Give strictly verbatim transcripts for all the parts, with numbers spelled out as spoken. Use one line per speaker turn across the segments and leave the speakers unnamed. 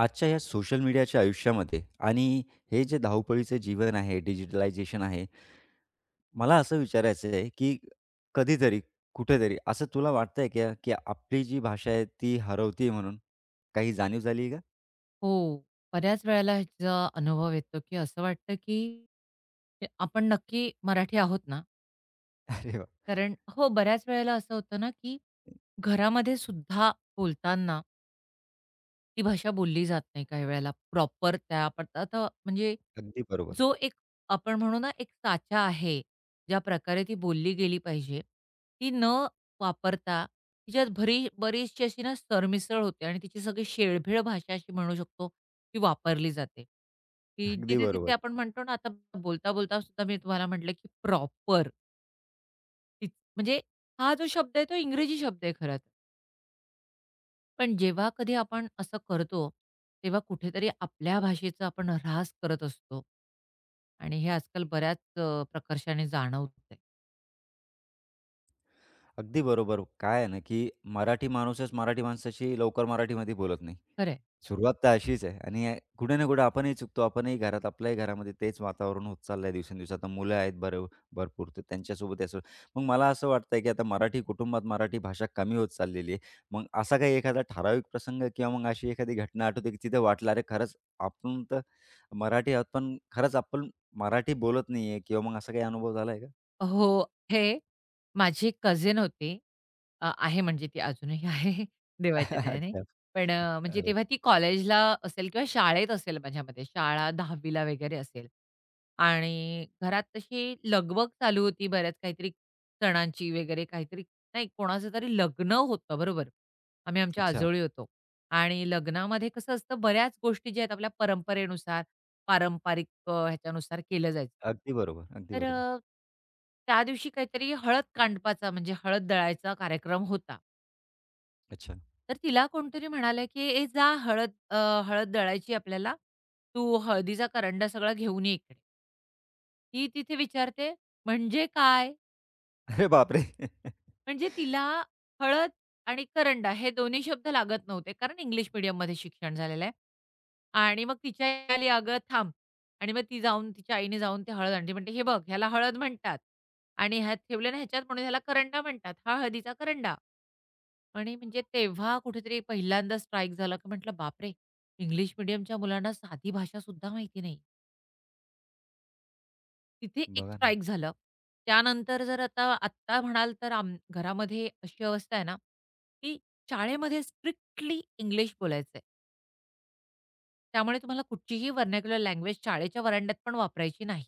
आजच्या या सोशल मीडियाच्या आयुष्यामध्ये आणि हे जे धावपळीचं जीवन आहे, डिजिटलायझेशन आहे, मला असं विचारायचं आहे, की कधीतरी, कुठेतरी असं तुला वाटतंय का, की आपली जी भाषा आहे ती हरवते आहे म्हणून? काही जाणीव झाली आहे का?
हो. बऱ्याच वेळेला ह्याचा अनुभव येतो, की असं वाटतं, की हे आपण नक्की मराठी आहोत ना?
अरे वाह!
कारण हो, बऱ्याच वेळेला असं होतं ना, की घरामध्ये सुद्धा बोलताना ती भाषा बोलली जात नाही काही वेळेला प्रॉपर त्या आपण आता म्हणजे
अगदी बरोबर,
जो एक आपण म्हणू ना एक साचा आहे, ज्या प्रकारे ती बोलली गेली पाहिजे, ती न वापरता तिच्यात भरी बरीचशी अशी ना सरमिसळ होते आणि तिची सगळी शेळभेळ भाषा अशी म्हणू शकतो, ती वापरली जाते. की
अगदी
जिथे-तिथे
बरोबर,
आपण म्हणतो ना आता बोलता-बोलता सुद्धा मी तुम्हाला म्हटलं, की प्रॉपर, म्हणजे हा जो शब्द आहे तो इंग्रजी शब्द आहे खरं तर. पण जेव्हा कधी आपण असं करतो, तेव्हा कुठेतरी आपल्या भाषेचा आपण ऱ्हास करत असतो. आणि हे आजकाल बऱ्याच अ, प्रकर्षाने जाणवतंय. खरं आहे.
अगदी बरोबर. काय आहे ना, की मराठी माणूसच मराठी माणसाशी लवकर मराठीमध्ये बोलत नाही.
खरंय
सुरुवात तर अशीच आहे आणि हे कुठे ना कुठे आपणही चुकतो. आपणही घरात आपल्याही घरामध्ये तेच वातावरण होत चाललंय दिवसेंदिवस. आता मुलं आहेत बरं भरपूर तर त्यांच्यासोबत असं मग मला असं वाटतंय की आता मराठी कुटुंबात मराठी भाषा कमी होत चाललेली आहे. मग असा काही एखादा ठराविक प्रसंग किंवा मग अशी एखादी घटना आठवते की तिथे वाटलं अरे खरंच आपण तर मराठी आहोत पण खरंच आपण मराठी बोलत नाहीये किंवा मग असा काही अनुभव झालाय का?
हो. हे माझी कझिन होती. अ, आहे म्हणजे ती अजूनही आहे देवाच्या दयाने.
अच्छा.
पण अ, म्हणजे
अरे!
तेव्हा ती कॉलेजला असेल किंवा शाळेत असेल माझ्या मते. शाळा दहावी ला वगैरे असेल. आणि घरात तशी लगबग चालू होती बऱ्याच काहीतरी सणांची वगैरे काहीतरी नाही कोणाचं तरी लग्न होतं बरोबर. आम्ही आमच्या
अच्छा.
आजोळी होतो. आणि लग्नामध्ये कसं असतं बऱ्याच गोष्टी ज्या आहेत आपल्या परंपरेनुसार पारंपरिक अ, ह्याच्यानुसार केलं जायचं.
अगदी बरोबर, अगदी
तर
बरोबर.
अ, त्या दिवशी काहीतरी हळद कांडपाचा म्हणजे हळद दळायचा कार्यक्रम होता.
अच्छा.
तर तिला कोणतरी म्हणालं, की "ए जा हळद अ, हळद दळायची आपल्याला. तू हळदीचा करंडा सगळा घेऊन ये इकडे." ती तिथे विचारते, "म्हणजे काय?"
अरे बापरे!
म्हणजे तिला हळद आणि करंडा हे दोन्ही शब्द लागत नव्हते. कारण इंग्लिश मीडियममध्ये शिक्षण झालेलं आहे. आणि मग तिच्या आई आली, "अगं थांब" आणि मग ती जाऊन तिच्या आईने जाऊन ती हळद आणली. म्हणते, "हे बघ ह्याला हळद म्हणतात आणि ह्यात ठेवलं ना ह्याच्यात म्हणून ह्याला करंडा म्हणतात. हा हळदीचा करंडा." आणि म्हणजे तेव्हा कुठेतरी पहिल्यांदा स्ट्राईक झाला, की म्हटलं, "बापरे! इंग्लिश मीडियमच्या मुलांना साधी भाषा सुद्धा माहिती नाही." तिथे एक
बघा ना.
स्ट्राइक झालं. त्यानंतर जर आता आत्ता म्हणाल तर आम घरामध्ये अशी अवस्था आहे ना, की शाळेमध्ये स्ट्रिक्टली इंग्लिश बोलायचं आहे. त्यामुळे तुम्हाला कुठचीही व्हर्नाक्युलर लँग्वेज शाळेच्या व्हरांड्यात पण वापरायची नाही.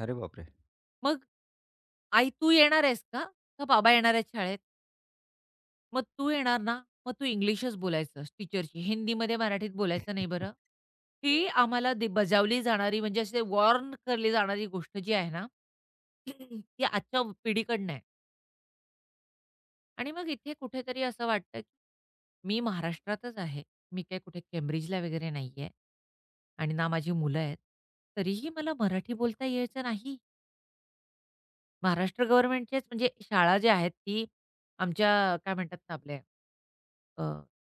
अरे बापरे!
मग "आई तू येणार आहेस का? का बाबा येणार आहेत शाळेत? मग तू येणार ना? मग तू इंग्लिशच बोलायचं टीचरशी. हिंदीमध्ये मराठीत बोलायचं नाही बरं." ही आम्हाला दि बजावली जाणारी म्हणजे असे वॉर्न केली जाणारी गोष्ट जी आहे ना, ती आजच्या पिढीकडनं आहे. आणि मग इथे कुठेतरी असं वाटतं, की मी महाराष्ट्रातच आहे. मी काही कुठे केम्ब्रिजला वगैरे नाहीये आणि ना माझी मुलं आहेत. तरीही मला मराठी बोलता यायचं नाही. महाराष्ट्र गव्हर्नमेंटचेच म्हणजे शाळा जी आहेत ती आमच्या काय म्हणतात ना आपले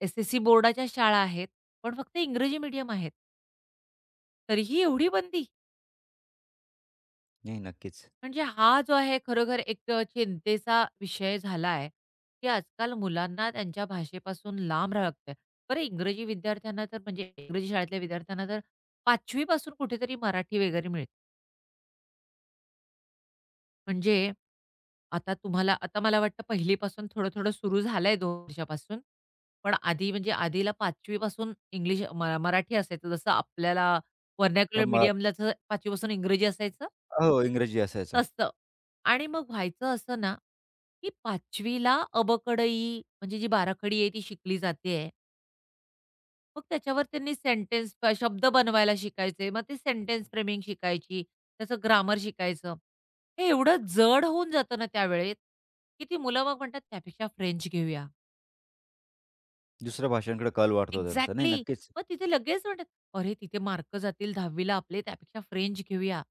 एस-एस-सी बोर्डाच्या शाळा आहेत, पण फक्त इंग्रजी मीडियम आहेत. तरीही एवढी बंदी.
नाही, नक्कीच.
म्हणजे हा जो आहे खरोखर एक अ, चिंतेचा विषय झाला आहे, की आजकाल मुलांना त्यांच्या भाषेपासून लांब राहावं लागतंय. बरं इंग्रजी विद्यार्थ्यांना तर म्हणजे इंग्रजी शाळेतल्या विद्यार्थ्यांना तर पाचवी पासून कुठेतरी मराठी वगैरे मिळते. म्हणजे आता तुम्हाला आता मला वाटतं पहिली पासून थोडं-थोडं सुरू झालंय दोन वर्षापासून. पण आधी म्हणजे आधीला पाचवी पासून इंग्लिश म मराठी असायचं. जसं आपल्याला
अ,
व्हर्नाक्युलर
मग
मीडियमला जसं पासून इंग्रजी असायचं?
हो, इंग्रजी असायचं.
तसं. आणि मग व्हायचं असं ना, की पाचवी ला अबकडई म्हणजे जी बाराखडी आहे ती शिकली जातेय. मग त्याच्यावर त्यांनी सेंटेन्स अ, शब्द बनवायला शिकायचे. मग ते सेंटेन्स फ्रेमिंग शिकायची, त्याचं ग्रामर शिकायचं. हे एवढं जड होऊन जातं ना त्यावेळेत, की ती मुलं मग म्हणतात त्यापेक्षा फ्रेंच घेऊया.
दुसऱ्या भाषांकडे कल वाढतो त्यांचा. नाही,
एक्झॅक्टली.
नक्कीच.
मग तिथे लगेच म्हणतात, "अरे, तिथे मार्क जातील दहावी आपले त्यापेक्षा फ्रेंच घेऊया."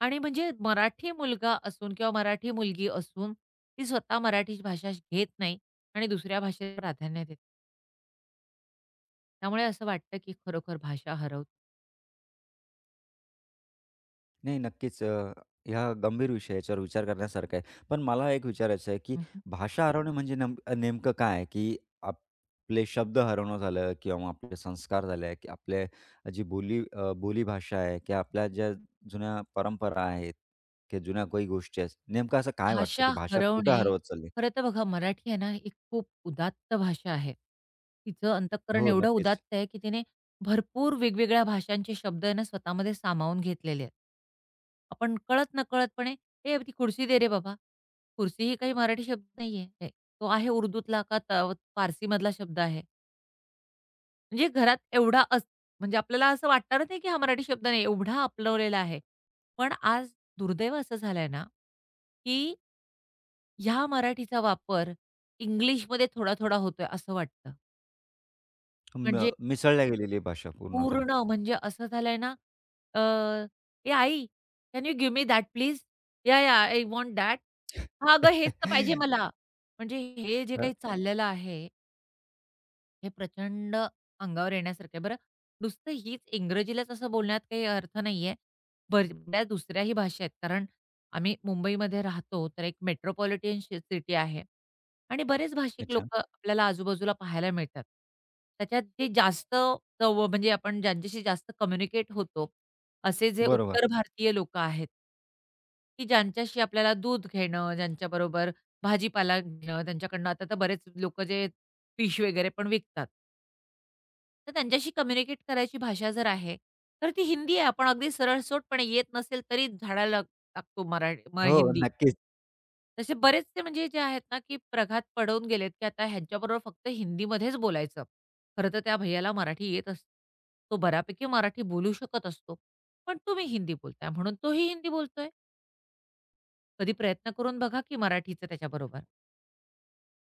आणि म्हणजे मराठी मुलगा असून किंवा मराठी मुलगी असून, ती स्वतः मराठी भाषा घेत नाही आणि दुसऱ्या भाषेला प्राधान्य देते. त्यामुळे असं वाटतं की खरोखर भाषा हरवते.
नाही, नक्कीच. अ, हा गंभीर विषय आहे. याच्यावर विचार करण्यासारखा आहे. पण मला एक विचारायचं आहे, की भाषा हरवणे म्हणजे नम नेमकं काय आहे? की आपले शब्द हरवणं झालं किंवा मग आपले संस्कार झाले, की आपले जी बोली अ, बोलीभाषा आहे किंवा आपल्या ज्या जुन्या परंपरा आहेत किंवा जुन्या काही गोष्टी आहेत. नेमकं असं काय वाटतं,
भाषा
की भाषा कुठं
हरवणे,
हरवत चालली?
खरं तर बघा मराठी आहे ना, एक खूप उदात्त भाषा आहे. तिचं अंतःकरण
हो,
एवढं
नक्कीच.
उदात्त आहे, की तिने भरपूर वेगवेगळ्या भाषांचे शब्द आहे ना, स्वतःमध्ये सामावून घेतलेले आहेत. आपण कळत नकळतपणे, "ए, ती खुर्सी दे रे बाबा." खुर्सी ही काही मराठी शब्द नाहीये. हे तो आहे उर्दूतला का त फारसीमधला शब्द आहे. म्हणजे घरात एवढा अस म्हणजे आपल्याला असं वाटणारच नाही, की हा मराठी शब्द नाही, एवढा आपलवलेला आहे. पण आज दुर्दैव असं झालंय ना, की ह्या मराठीचा वापर इंग्लिशमध्ये थोडा-थोडा होतोय असं वाटतं.
म
म्हणजे
मिसळल्या गेलेली आहे भाषा पूर्णतः.
पूर्ण म्हणजे असं झालंय ना, अ, "ए आई, can you give me that please? Yeah, yeah, I want that." "हां, अगं हेच तर पाहिजे मला." म्हणजे हे जे काही चाललेलं आहे हे प्रचंड अंगावर येण्यासारखं आहे. बरं, नुसतं हीच इंग्रजीलाच असं बोलण्यात काही अर्थ नाहीये. बर- बऱ्याच दुसऱ्याही भाषा आहेत. कारण आम्ही मुंबईमध्ये राहतो, तर एक मेट्रोपॉलिटन शि सिटी आहे आणि बरेच भाषिक
अच्छा.
लोकं आपल्याला आजूबाजूला पाहायला मिळतात. त्याच्यात जे जास्त चव म्हणजे आपण ज्यांच्याशी जास्त कम्युनिकेट होतो, असे जे
बरोबर.
उत्तर भारतीय लोकं आहेत की ज्यांच्याशी आपल्याला दूध घेणं, ज्यांच्याबरोबर भाजीपाला घेणं, त्यांच्याकडनं आता तर बरेच लोकं जे फिश वगैरे पण विकतात. तर त्यांच्याशी कम्युनिकेट करायची भाषा जर आहे, तर ती हिंदी आहे. आपण अगदी सरळसोटपणे येत नसेल तरी धाडायला टाकतो मराठी म
हो,
हिंदी.
नक्कीच.
तसे बरेचसे म्हणजे जे आहेत ना, की प्रघात पडवून गेलेत, की आता ह्यांच्याबरोबर फक्त हिंदीमध्येच बोलायचं. खरं तर त्या भैय्याला मराठी येत असते. तो बऱ्यापैकी मराठी बोलू शकत असतो. पण तुम्ही हिंदी बोलताय म्हणून तोही हिंदी बोलतोय. कधी प्रयत्न करून बघा की मराठीचं त्याच्याबरोबर.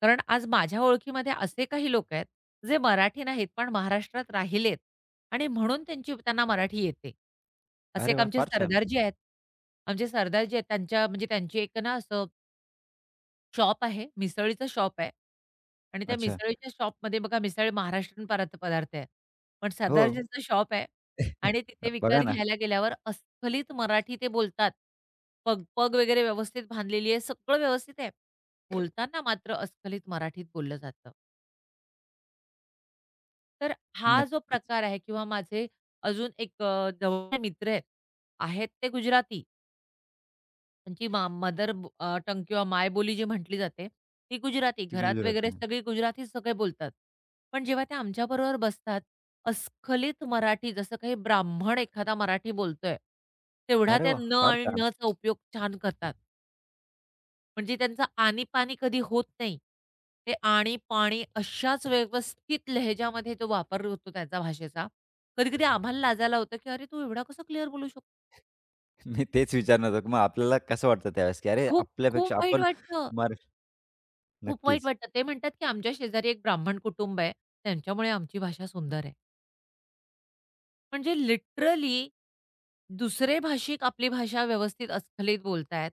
कारण आज माझ्या ओळखीमध्ये असे काही लोक आहेत, जे मराठी नाहीत, पण महाराष्ट्रात राहिलेत आणि म्हणून त्यांची त्यांना मराठी येते. असे
अरे
एक
वाह!
आमचे
फार छान.
सरदारजी आहेत. आमचे सरदारजी आहेत त्यांच्या म्हणजे त्यांची एक ना असं शॉप आहे, मिसळीचा शॉप आहे आणि त्या
अच्छा.
मिसळीच्या शॉपमध्ये बघा मिसळ महाराष्ट्रीयन परार्थ पदार्थ आहे. पण
हो,
सरदारजींचं शॉप आहे आणि तिथे विकत
बघा ना,
घ्यायला गेल्यावर अस्खलित मराठी ते बोलतात. पग पग वगैरे व्यवस्थित बांधलेली आहे, सगळं व्यवस्थित आहे. बोलताना मात्र अस्खलित मराठीत बोललं जातं. तर हा जो
नक्कीच
प्रकार आहे किंवा माझे अजून एक अ, जवळचे मित्र आहेत, आहेत ते गुजराती. त्यांची मा मदर अ, टंग किंवा मायबोली जी म्हटली जाते, ती गुजराती.
ती
घरात
गुजर
वगैरे
होते.
सगळी गुजरातीच सगळे बोलतात. पण जेव्हा ते आमच्याबरोबर बसतात, अस्खलित मराठी जसं काही ब्राह्मण एखादा मराठी बोलतोय, तेवढा
अरे
त्या
वाह!
न
फार
आणि
छान.
नचा उपयोग छान करतात. म्हणजे त्यांचं आणी-पाणी कधी होत नाही. ते आणी-पाणी अशाच व्यवस्थित लहेजामध्ये तो वापर होतो त्याचा भाषेचा. कधी-कधी आम्हाला लाजायला होतं, की "अरे, तू एवढा कसा क्लिअर बोलू शकतो?"
मी तेच विचारणार होतो, की मग आपल्याला कसं वाटतं त्यावेळेस, की अरे
खूप खूप
आपल्यापेक्षा
वाईट
आपण
वाटतं.
मर
खूप वाईट
नक्कीच.
वाटतं. ते म्हणतात, की आमच्या शेजारी एक ब्राह्मण कुटुंब आहे, त्यांच्यामुळे आमची भाषा सुंदर आहे. म्हणजे लिटरली दुसरे भाषिक आपली भाषा व्यवस्थित अस्खलित बोलतायत.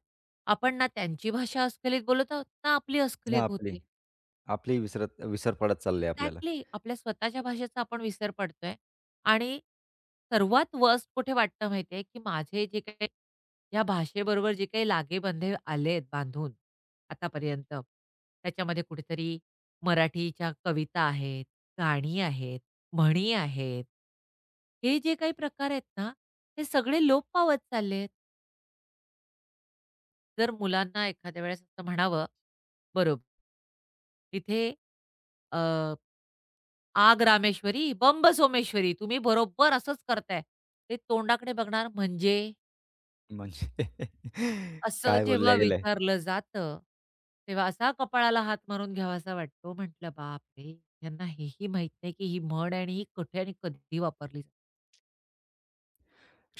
आपण ना त्यांची भाषा अस्खलित बोलत आहोत, ना आपली
ना
अस्खलित
आपली,
होते.
आपली विसरत विसर पडत चालली आपल्याला.
एक्झॅक्टली. आपल्या स्वतःच्या भाषेचा आपण विसर पडतोय आणि सर्वात वर्स्ट कुठे वाटतं माहिती आहे, की माझे जे काही या भाषेबरोबर जे काही लागेबंधे आलेत बांधून आतापर्यंत, त्याच्यामध्ये कुठेतरी मराठीच्या कविता आहेत, गाणी आहेत, म्हणी आहेत. हे जे काही प्रकार आहेत ना, हे सगळे लोप पावत चाललेत. जर मुलांना एखाद्या वेळेस असं म्हणावं, बरोबर, तिथे आग रामेश्वरी, बंब सोमेश्वरी. तुम्ही बरोबर असंच करताय. ते तोंडाकडे बघणार म्हणजे?
म्हणजे
असं
काय बोलल्या
जेव्हा
गेलंय.
विचारलं जातं, तेव्हा असा कपाळाला हात मारून घ्यावासा वाटतो. म्हटलं बापरे! यांना हेही माहीत नाही, की ही म्हण आहे आणि ही कुठे आणि कधी वापरली जाते.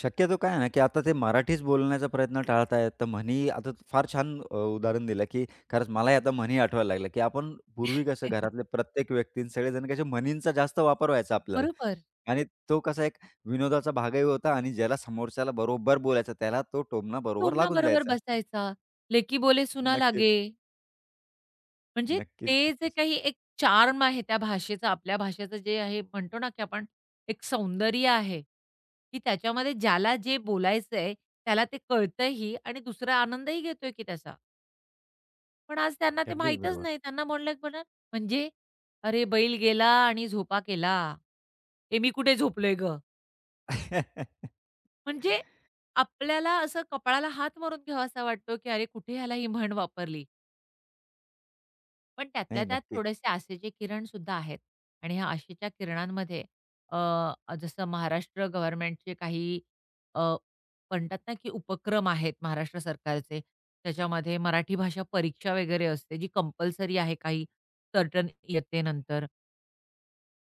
शक्यतो काय आहे ना, की आता ते मराठीच बोलण्याचा प्रयत्न टाळतायत. तर म्हणी आता फार छान अ, उदाहरण दिलं, की खरंच मलाही आता म्हणी आठवायला लागल्या, की आपण पूर्वी कसं घरातले प्रत्येक व्यक्ती सगळेजण कसे म्हणींचा जास्त वापर व्हायचा आपल्याला
बरोबर.
आणि तो कसा एक विनोदाचा भागही होता आणि ज्याला समोरच्याला बरोबर बोलायचा त्याला तो टोमणा बरोबर लागून
टोमणाबरोबर
जायचा.
बसायचा, "लेकी बोले सुना
नक्कीच,
लागे." म्हणजे
नक्कीच,
ते जे
नक्कीच.
काही एक चार्म आहे त्या भाषेचा, आपल्या भाषेचं जे आहे म्हणतो ना, की आपण एक सौंदर्य आहे, की त्याच्यामध्ये ज्याला जे बोलायचंय त्याला ते कळतंही आणि दुसरा आनंदही घेतोय की त्याचा. पण आज त्यांना ते
अगदी
माहीतच
बरोबर.
नाही. त्यांना म्हणलं की म्हणणार म्हणजे, "अरे बैल गेला आणि झोपा केला. हे मी कुठे झोपलोय गं?" म्हणजे आपल्याला असं कपाळाला हात मारून घ्यावासा वाटतो, की अरे कुठे ह्याला ही म्हण वापरली. पण त्यातल्या
नाही,
त्यात
नक्कीच.
थोडेसे आशेचे किरण सुद्धा आहेत आणि ह्या आशेच्या किरणांमध्ये अ, जसं महाराष्ट्र गव्हर्नमेंटचे काही अ, म्हणतात ना, की उपक्रम आहेत महाराष्ट्र सरकारचे. त्याच्यामध्ये मराठी भाषा परीक्षा वगैरे असते जी कंपल्सरी आहे काही सर्टन इयत्तेनंतर.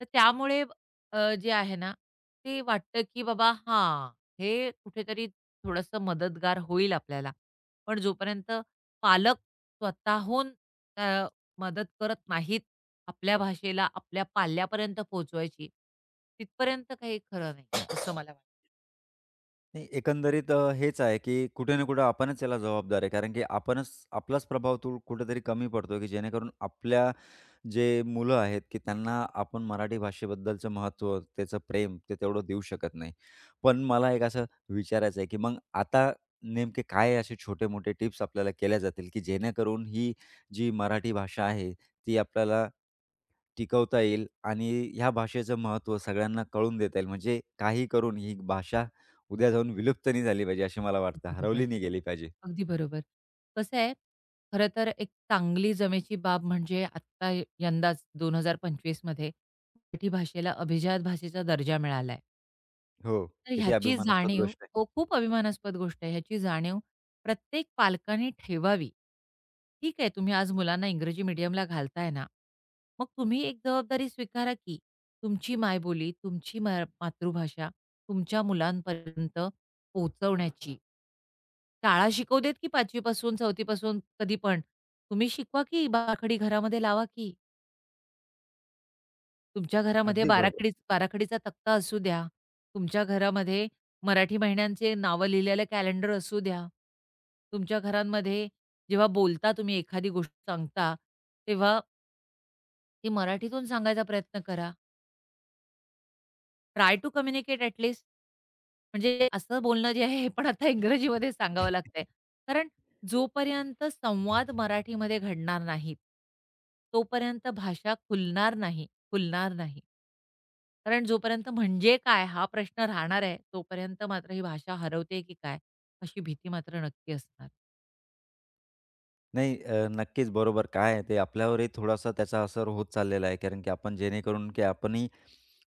तर त्यामुळे अ, जे आहे ना, ते वाटतं की बाबा हां, हे कुठेतरी थोडंसं मदतगार होईल आपल्याला. पण जोपर्यंत पालक स्वतःहून अ, मदत करत नाहीत आपल्या भाषेला आपल्या पाल्यापर्यंत पोहोचवायची, तिथपर्यंत काही खरं नाही, असं मला वाटतं.
नाही, एकंदरीत अ, हेच आहे, की कुठे ना कुठे आपणच याला जबाबदार आहे. कारण की आपणच आपलाच प्रभाव तो कुठेतरी कमी पडतो, की जेणेकरून आपल्या जे मुलं आहेत, की त्यांना आपण मराठी भाषेबद्दलचं महत्त्व, त्याचं प्रेम ते तेवढं देऊ शकत नाही. पण मला एक असं विचारायचं आहे, की मग आता नेमके काय असे छोटे-मोठे टिप्स आपल्याला केल्या जातील, की जेणेकरून ही जी मराठी भाषा आहे, ती आपल्याला टिकवता येईल आणि ह्या भाषेचं महत्त्व सगळ्यांना कळून देता येईल. म्हणजे काही करून ही भाषा उद्या जाऊन विलुप्त नाही झाली पाहिजे, अशी मला वाटतं.
बरोबर.
हरवली नाही गेली पाहिजे.
अगदी बरोबर. कसं आहे, खरं तर एक चांगली जमेची बाब म्हणजे आत्ता यंदाच दोन हजार पंचवीस मध्ये मराठी भाषेला अभिजात भाषेचा दर्जा मिळाला
हो,
तर
किती
ह्याची
अभिमानास्पद
जाणीव
गोष्ट आहे.
हो, खूप अभिमानास्पद गोष्ट आहे. ह्याची जाणीव प्रत्येक पालकाने ठेवावी. ठीक आहे, तुम्ही आज मुलांना इंग्रजी मीडियमला घालताय ना, मग तुम्ही एक जबाबदारी स्वीकारा की तुमची मायबोली, तुमची मा मातृभाषा तुमच्या मुलांपर्यंत पोहोचवण्याची. शाळा शिकवू देत की पाचवी पासून, कधी पण. तुम्ही शिकवा की बाराखडी घरामध्ये लावा की. तुमच्या घरामध्ये
अगदी बरोबर.
बाराखडी बाराखडीचा तक्ता असू द्या, तुमच्या घरामध्ये मराठी महिन्यांचे नावं लिहिलेलं कॅलेंडर असू द्या, तुमच्या घरांमध्ये जेव्हा बोलता तुम्ही एखादी गोष्ट सांगता, तेव्हा ती मराठीतून सांगायचा प्रयत्न करा. Try to communicate at least. म्हणजे असं बोलणं जे आहे हे पण आता इंग्रजीमध्ये सांगावं लागतंय. कारण जोपर्यंत संवाद मराठीमध्ये घडणार नाहीत, तोपर्यंत भाषा खुलणार नाही, फुलणार नाही. कारण जोपर्यंत म्हणजे काय हा प्रश्न राहणार आहे, तोपर्यंत मात्र ही भाषा हरवते की काय, अशी भीती मात्र नक्की असणार.
नाही अ, नक्कीच बरोबर. काय आहे ते आपल्यावरही थोडासा त्याचा असर होत चाललेला आहे. कारण की आपण जेणेकरून की आपणही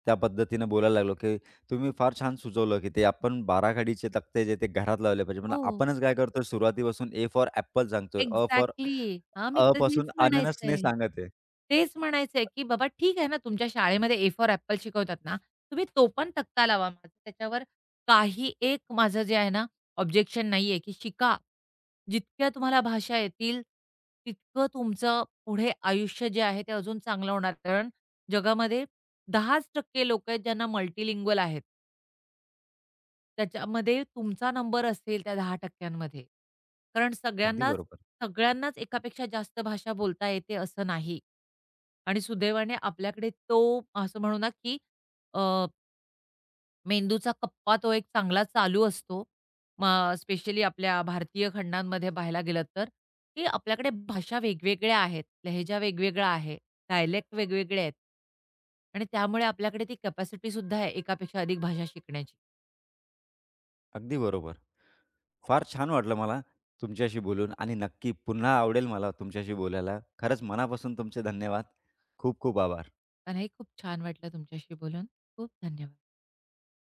त्या पद्धतीनं बोलायला लागलो, की तुम्ही फार छान सुचवलं, की ते आपण बाराखडीचे तक्ते जे ते घरात लावले पाहिजे. पण
हो.
आपणच काय करतोय सुरुवातीपासून ए फॉर ॲपल सांगतोय, अ फॉर
एक्झॅक्टली. हां, मी
अ
तर तेच
पासून अननसने
म्हणायचंय.
सांगत आहे.
तेच म्हणायचंय, की बाबा ठीक आहे ना, तुमच्या शाळेमध्ये ए फॉर ॲपल शिकवतात ना, तुम्ही तो पण तक्ता लावा. माझं त्याच्यावर काही एक माझं जे आहे ना, ऑब्जेक्शन नाहीये, की शिका. जितक्या तुम्हाला भाषा येतील, तितकं तुमचं पुढे आयुष्य जे आहे ते अजून चांगलं होणार. कारण जगामध्ये दहाच टक्के लोकं आहेत ज्यांना मल्टीलिंग्वल आहेत. त्याच्यामध्ये तुमचा नंबर असेल त्या दहा टक्के मध्ये. कारण
अगदी
सगळ्यांनाच
बरोबर.
सगळ्यांनाच एकापेक्षा जास्त भाषा बोलता येते असं नाही. आणि सुदैवाने आपल्याकडे तो असं म्हणू ना, की अ, मेंदूचा कप्पा तो एक चांगला चालू असतो. स्पेशली आपल्या भारतीय खंडांमध्ये पाहायला गेलं तर, की आपल्याकडे भाषा वेगवेगळ्या आहेत, लहेजा वेगवेगळा आहे, डायलेक्ट वेगवेगळे आहेत. आणि त्यामुळे आपल्याकडे ती कॅपॅसिटी सुद्धा आहे एकापेक्षा अधिक भाषा शिकण्याची.
अगदी बरोबर. फार छान वाटलं मला तुमच्याशी बोलून आणि नक्की पुन्हा आवडेल मला तुमच्याशी बोलायला. खरंच मनापासून तुमचे धन्यवाद. खूप खूप आभार.
मलाही खूप छान वाटलं तुमच्याशी बोलून. खूप धन्यवाद.